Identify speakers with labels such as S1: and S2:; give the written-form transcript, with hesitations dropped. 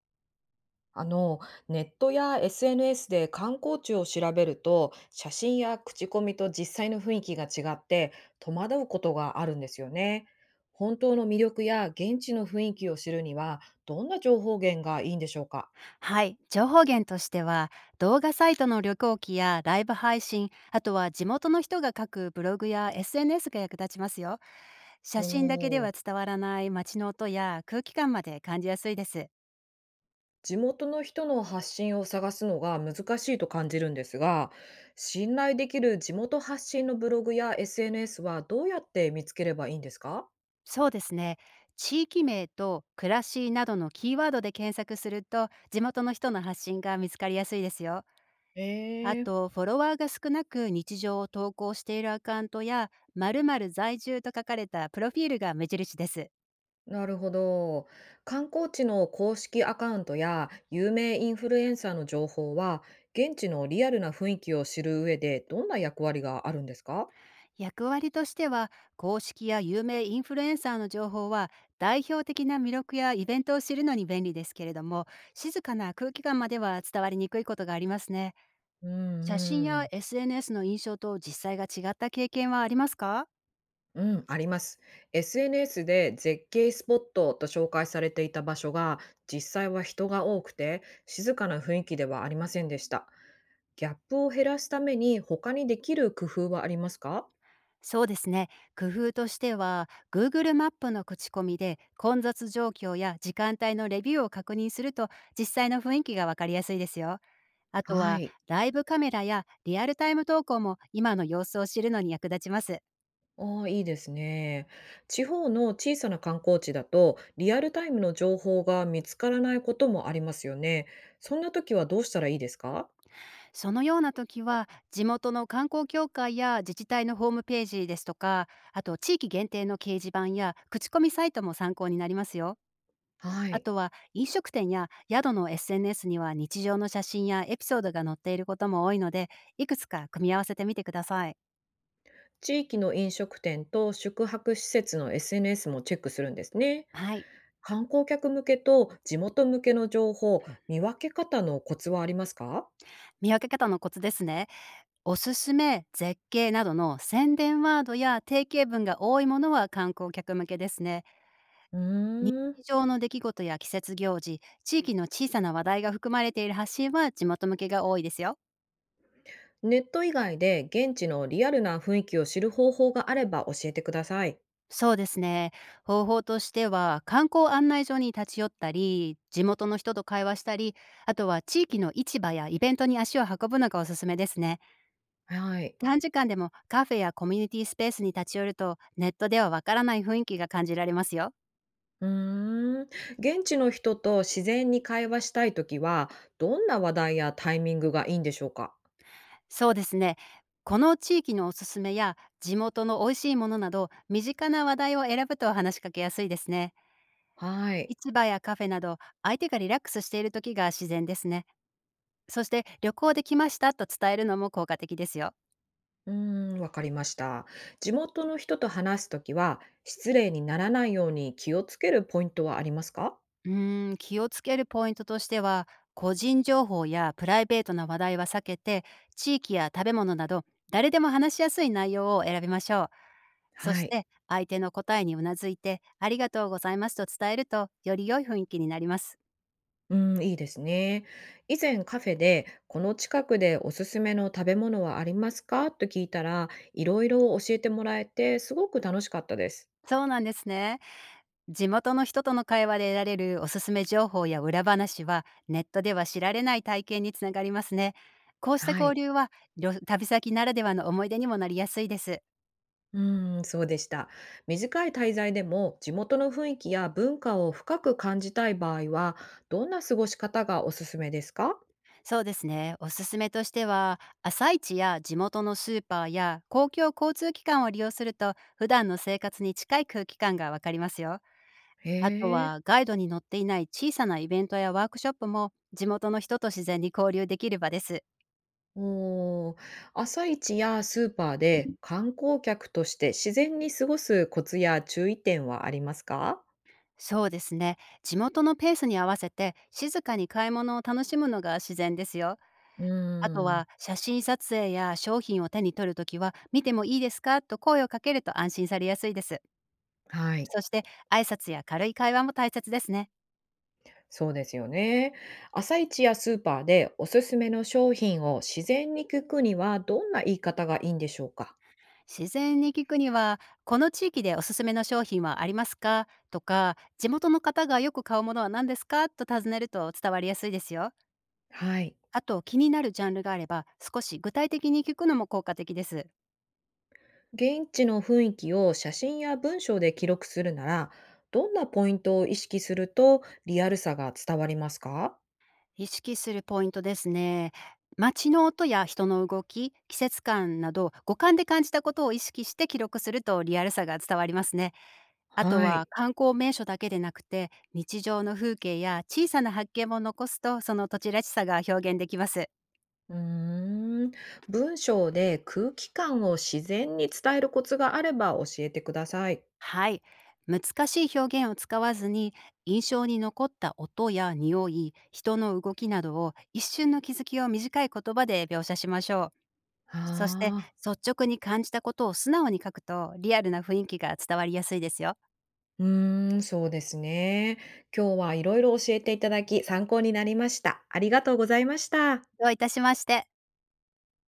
S1: あの、ネットや SNS で観光地を調べると、写真や口コミと実際の雰囲気が違って、戸惑うことがあるんですよね。本当の魅力や現地の雰囲気を知るには、どんな情報源がいいんでしょうか？
S2: はい、情報源としては動画サイトの旅行記やライブ配信、あとは地元の人が書くブログや SNS が役立ちますよ。
S1: お
S2: 写真だけでは
S1: ー。
S2: 伝わらない街の音や空気感まで感じやすいです。
S1: 地元の人の発信を探すのが難しいと感じるんですが、信頼できる地元発信のブログや SNS はどうやって見つければいいんですか？
S2: そうですね、地域名と暮らしなどのキーワードで検索すると地元の人の発信が見つかりやすいですよ。あ
S1: えー、
S2: とフォロワーが少なく日常を投稿しているアカウントや〇〇在住と書かれたプロフィールが目印です。
S1: なるほど。観光地の公式アカウントや有名インフルエンサーの情報は、現地のリアルな雰囲気を知る上でどんな役割があるんですか？
S2: 役割としては、公式や有名インフルエンサーの情報は代表的な魅力やイベントを知るのに便利ですけれども、静かな空気感までは伝わりにくいことがありますね。
S1: うん
S2: 写真
S1: う
S2: や
S1: ん。
S2: SNS の印象と実際が違った経験はありますか？
S1: うん、あります。SNS で絶景スポットと紹介されていた場所が、実際は人が多くて、静かな雰囲気ではありませんでした。ギャップを減らすために他にできる工夫はありますか？
S2: そうですね、工夫としては Google マップの口コミで混雑状況や時間帯のレビューを確認すると実際の雰囲気がわかりやすいですよ。あと
S1: は
S2: は
S1: い。
S2: ライブカメラやリアルタイム投稿も今の様子を知るのに役立ちます。
S1: ああ、いいですね。地方の小さな観光地だと、リアルタイムの情報が見つからないこともありますよね。そんな時はどうしたらいいですか？
S2: そのような時は、地元の観光協会や自治体のホームページですとか、あと地域限定の掲示板や口コミサイトも参考になりますよ。
S1: は
S2: あ
S1: い。
S2: とは飲食店や宿の SNS には日常の写真やエピソードが載っていることも多いので、いくつか組み合わせてみてください。
S1: 地域の飲食店と宿泊施設の SNS もチェックするんですね。
S2: はい。
S1: 観光客向けと地元向けの情報、見分け方のコツはありますか？
S2: 見分け方のコツですね。おすすめ、絶景などの宣伝ワードや定型文が多いものは観光客向けですね。
S1: う
S2: 日
S1: ーん。
S2: 常の出来事や季節行事、地域の小さな話題が含まれている発信は地元向けが多いですよ。
S1: ネット以外で現地のリアルな雰囲気を知る方法があれば教えてください。
S2: そうですね。方法としては、観光案内所に立ち寄ったり、地元の人と会話したり、あとは地域の市場やイベントに足を運ぶのがおすすめですね。
S1: はい。
S2: 短時間でもカフェやコミュニティスペースに立ち寄ると、ネットではわからない雰囲気が感じられますよ。
S1: うーん。現地の人と自然に会話したいときは、どんな話題やタイミングがいいんでしょうか？
S2: そうですね。この地域のおすすめや地元の美味しいものなど身近な話題を選ぶと話しかけやすいですね。
S1: はい。
S2: 市場やカフェなど、相手がリラックスしている時が自然ですね。そして、旅行できましたと伝えるのも効果的ですよ。
S1: うーん、わかりました。地元の人と話すときは、失礼にならないように気をつけるポイントはありますか？
S2: 気をつけるポイントとしては、個人情報やプライベートな話題は避けて、地域や食べ物など誰でも話しやすい内容を選びましょう。そ
S1: は
S2: し
S1: い。
S2: て相手の答えにうなずいて「ありがとうございます」と伝えるとより良い雰囲気になります。
S1: うん、いいですね。以前カフェで、この近くでおすすめの食べ物はありますかと聞いたら、いろいろ教えてもらえて、すごく楽しかったです。
S2: そうなんですね。地元の人との会話で得られるおすすめ情報や裏話はネットでは知られない体験につながりますね。こうした
S1: は
S2: 交
S1: い。
S2: 流は旅先ならではの思い出にもなりやすいです。
S1: うーん、そうでした。短い滞在でも地元の雰囲気や文化を深く感じたい場合は、どんな過ごし方がおすすめですか？
S2: そうですね。おすすめとしては、朝市や地元のスーパーや公共交通機関を利用すると普段の生活に近い空気感がわかりますよ。
S1: へ
S2: あと
S1: え。
S2: はガイドに載っていない小さなイベントやワークショップも地元の人と自然に交流できる場です。
S1: おー。朝市やスーパーで観光客として自然に過ごすコツや注意点はありますか？
S2: そうですね。地元のペースに合わせて静かに買い物を楽しむのが自然ですよ。
S1: う
S2: あと
S1: ーん、
S2: は写真撮影や商品を手に取るときは、見てもいいですかと声をかけると安心されやすいです。
S1: はい。
S2: そして挨拶や軽い会話も大切ですね。
S1: そうですよね。朝市やスーパーでおすすめの商品を自然に聞くにはどんな言い方がいいんでしょうか？
S2: 自然に聞くには「この地域でおすすめの商品はありますか？」とか「地元の方がよく買うものは何ですか？」と尋ねると伝わりやすいですよ。
S1: はい。
S2: あと気になるジャンルがあれば少し具体的に聞くのも効果的です。
S1: 現地の雰囲気を写真や文章で記録するなら、どんなポイントを意識するとリアルさが伝わりますか？
S2: 意識するポイントですね。街の音や人の動き、季節感など五感で感じたことを意識して記録するとリアルさが伝わりますね。あと
S1: は
S2: は
S1: い。
S2: 観光名所だけでなくて日常の風景や小さな発見も残すとその土地らしさが表現できます。
S1: うーん。文章で空気感を自然に伝えるコツがあれば教えてください。
S2: はい。難しい表現を使わずに、印象に残った音や匂い、人の動きなどを一瞬の気づきを短い言葉で描写しましょう。
S1: あ
S2: そして、
S1: あ。
S2: 率直に感じたことを素直に書くと、リアルな雰囲気が伝わりやすいですよ。
S1: うーん、そうですね。今日はいろいろ教えていただき参考になりました。ありがとうございました。
S2: どういたしまして。